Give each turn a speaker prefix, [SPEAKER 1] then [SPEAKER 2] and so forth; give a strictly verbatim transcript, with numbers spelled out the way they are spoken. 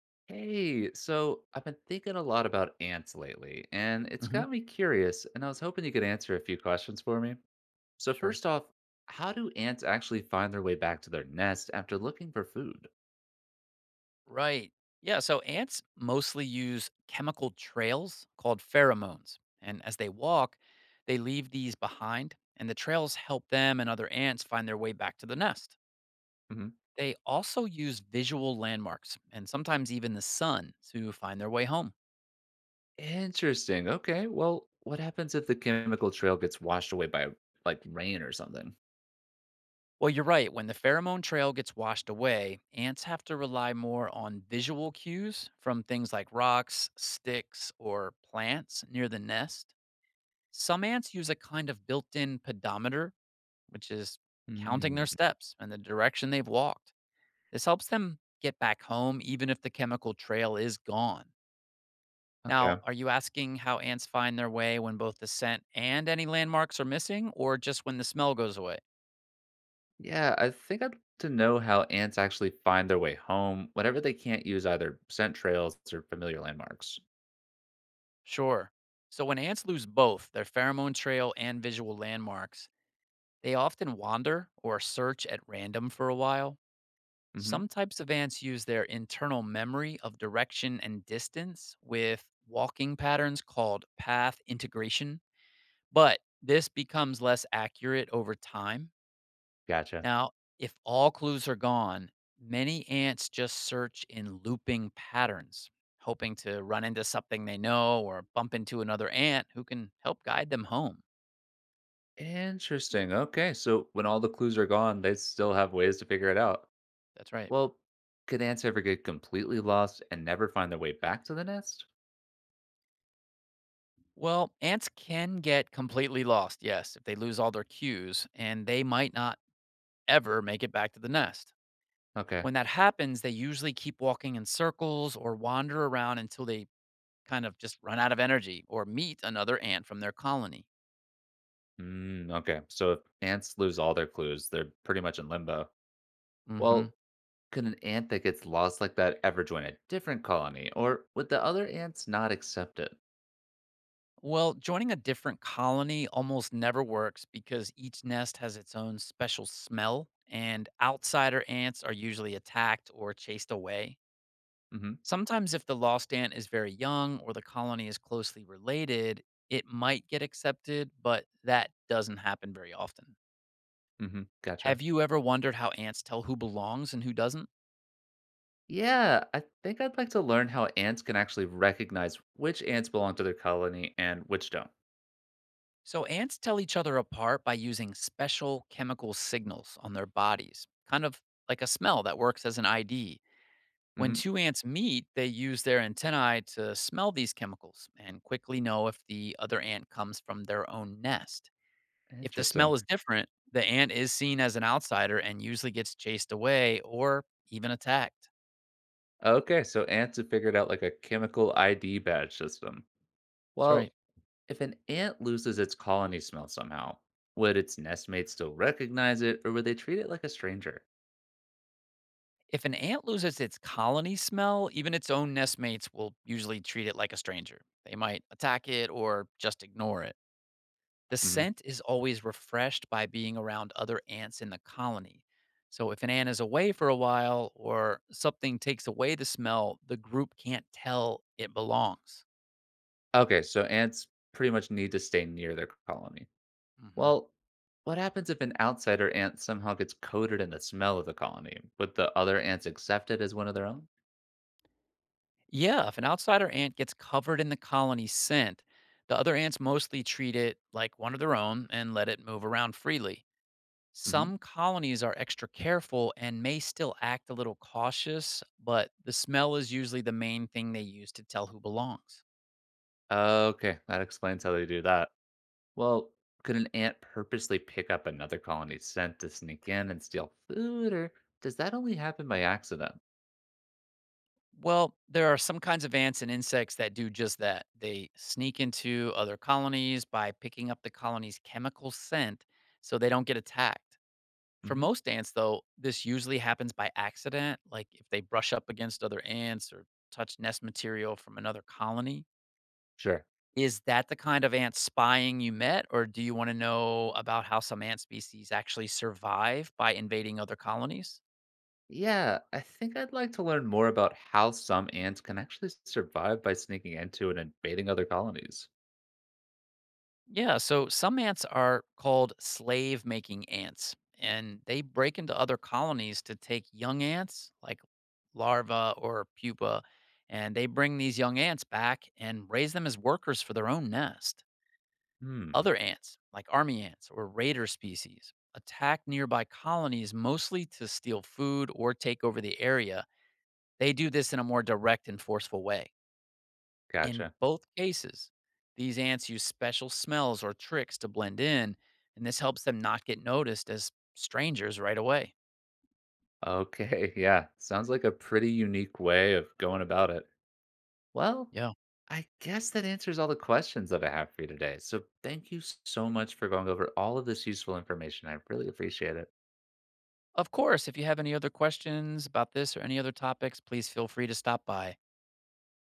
[SPEAKER 1] Hey, so I've been thinking a lot about ants lately, and it's
[SPEAKER 2] Hmm.
[SPEAKER 1] got me curious, and I was hoping you could answer a few questions for me. So,
[SPEAKER 2] Sure.
[SPEAKER 1] first off, how do ants actually find their way back to their nest after looking for food?
[SPEAKER 2] Right. Yeah. So ants mostly use chemical trails called pheromones. And as they walk, they leave these behind, and the trails help them and other ants find their way back to the nest.
[SPEAKER 1] Mhm.
[SPEAKER 2] They also use visual landmarks and sometimes even the sun to find their way home.
[SPEAKER 1] Interesting. Okay, well, what happens if the chemical trail gets washed away by like rain or something?
[SPEAKER 2] Well, you're right. When the pheromone trail gets washed away, ants have to rely more on visual cues from things like rocks, sticks, or plants near the nest. Some ants use a kind of built in pedometer, which is counting their
[SPEAKER 1] Hmm.
[SPEAKER 2] steps and the direction they've walked. This helps them get back home even if the chemical trail is gone. Now,
[SPEAKER 1] Okay.
[SPEAKER 2] are you asking how ants find their way when both the scent and any landmarks are missing, or just when the smell goes away?
[SPEAKER 1] Yeah, I think I'd like to know how ants actually find their way home whenever they can't use either scent trails or familiar landmarks.
[SPEAKER 2] Sure. So, when ants lose both their pheromone trail and visual landmarks, they often wander or search at random for a while.
[SPEAKER 1] Mhm.
[SPEAKER 2] Some types of ants use their internal memory of direction and distance with walking patterns called path integration, but this becomes less accurate over time.
[SPEAKER 1] Gotcha.
[SPEAKER 2] Now, if all clues are gone, many ants just search in looping patterns, hoping to run into something they know or bump into another ant who can help guide them home.
[SPEAKER 1] Interesting. Okay. So when all the clues are gone, they still have ways to figure it out.
[SPEAKER 2] That's right.
[SPEAKER 1] Well, could ants ever get completely lost and never find their way back to the nest?
[SPEAKER 2] Well, ants can get completely lost, yes, if they lose all their cues, and they might not ever make it back to the nest.
[SPEAKER 1] Okay.
[SPEAKER 2] When that happens, they usually keep walking in circles or wander around until they kind of just run out of energy or meet another ant from their colony.
[SPEAKER 1] Mm, okay. So if ants lose all their clues, they're pretty much in limbo.
[SPEAKER 2] Hmm.
[SPEAKER 1] Well, could an ant that gets lost like that ever join a different colony, or would the other ants not accept it?
[SPEAKER 2] Well, joining a different colony almost never works because each nest has its own special smell, and outsider ants are usually attacked or chased away.
[SPEAKER 1] Mm hmm.
[SPEAKER 2] Sometimes, if the lost ant is very young or the colony is closely related, it might get accepted, but that doesn't happen very often.
[SPEAKER 1] Mm hmm.
[SPEAKER 2] Have
[SPEAKER 1] Gotcha.
[SPEAKER 2] you ever wondered how ants tell who belongs and who doesn't?
[SPEAKER 1] Yeah, I think I'd like to learn how ants can actually recognize which ants belong to their colony and which don't.
[SPEAKER 2] So, ants tell each other apart by using special chemical signals on their bodies, kind of like a smell that works as an I D.
[SPEAKER 1] Mm
[SPEAKER 2] When
[SPEAKER 1] hmm.
[SPEAKER 2] two ants meet, they use their antennae to smell these chemicals and quickly know if the other ant comes from their own nest. If the smell
[SPEAKER 1] Interesting.
[SPEAKER 2] is different, the ant is seen as an outsider and usually gets chased away or even attacked.
[SPEAKER 1] Okay, so ants have figured out like a chemical I D badge system.
[SPEAKER 2] That's
[SPEAKER 1] Well,
[SPEAKER 2] right.
[SPEAKER 1] if an ant loses its colony smell somehow, would its nestmates still recognize it or would they treat it like a stranger?
[SPEAKER 2] If an ant loses its colony smell, even its own nestmates will usually treat it like a stranger. They might attack it or just ignore it. The
[SPEAKER 1] Hmm.
[SPEAKER 2] scent is always refreshed by being around other ants in the colony. So if an ant is away for a while or something takes away the smell, the group can't tell it belongs.
[SPEAKER 1] Okay, so ants pretty much need to stay near their colony.
[SPEAKER 2] Hmm.
[SPEAKER 1] Well, what happens if an outsider ant somehow gets coated in the smell of the colony? Would the other ants accept it as one of their own?
[SPEAKER 2] Yeah, if an outsider ant gets covered in the colony scent, the other ants mostly treat it like one of their own and let it move around freely.
[SPEAKER 1] Hmm.
[SPEAKER 2] Some colonies are extra careful and may still act a little cautious, but the smell is usually the main thing they use to tell who belongs.
[SPEAKER 1] Okay, that explains how they do that. Well, could an ant purposely pick up another colony's scent to sneak in and steal food, or does that only happen by accident?
[SPEAKER 2] Well, there are some kinds of ants and insects that do just that. They sneak into other colonies by picking up the colony's chemical scent so they don't get attacked. For
[SPEAKER 1] Hmm.
[SPEAKER 2] most ants, though, this usually happens by accident, like if they brush up against other ants or touch nest material from another colony.
[SPEAKER 1] Sure.
[SPEAKER 2] Is that the kind of ant spying you met, or do you want to know about how some ant species actually survive by invading other colonies?
[SPEAKER 1] Yeah, I think I'd like to learn more about how some ants can actually survive by sneaking into and invading other colonies.
[SPEAKER 2] Yeah, so some ants are called slave making ants, and they break into other colonies to take young ants, like larvae or pupa, and they bring these young ants back and raise them as workers for their own nest.
[SPEAKER 1] Hmm,
[SPEAKER 2] Other ants, like army ants or raider species, attack nearby colonies mostly to steal food or take over the area. They do this in a more direct and forceful way. In
[SPEAKER 1] gotcha.
[SPEAKER 2] both cases, these ants use special smells or tricks to blend in, and this helps them not get noticed as strangers right away.
[SPEAKER 1] Okay, yeah, sounds like a pretty unique way of going about it. Well,
[SPEAKER 2] Yeah.
[SPEAKER 1] I guess that answers all the questions that I have for you today. So thank you so much for going over all of this useful information. I really appreciate it.
[SPEAKER 2] Of course, if you have any other questions about this or any other topics, please feel free to stop by.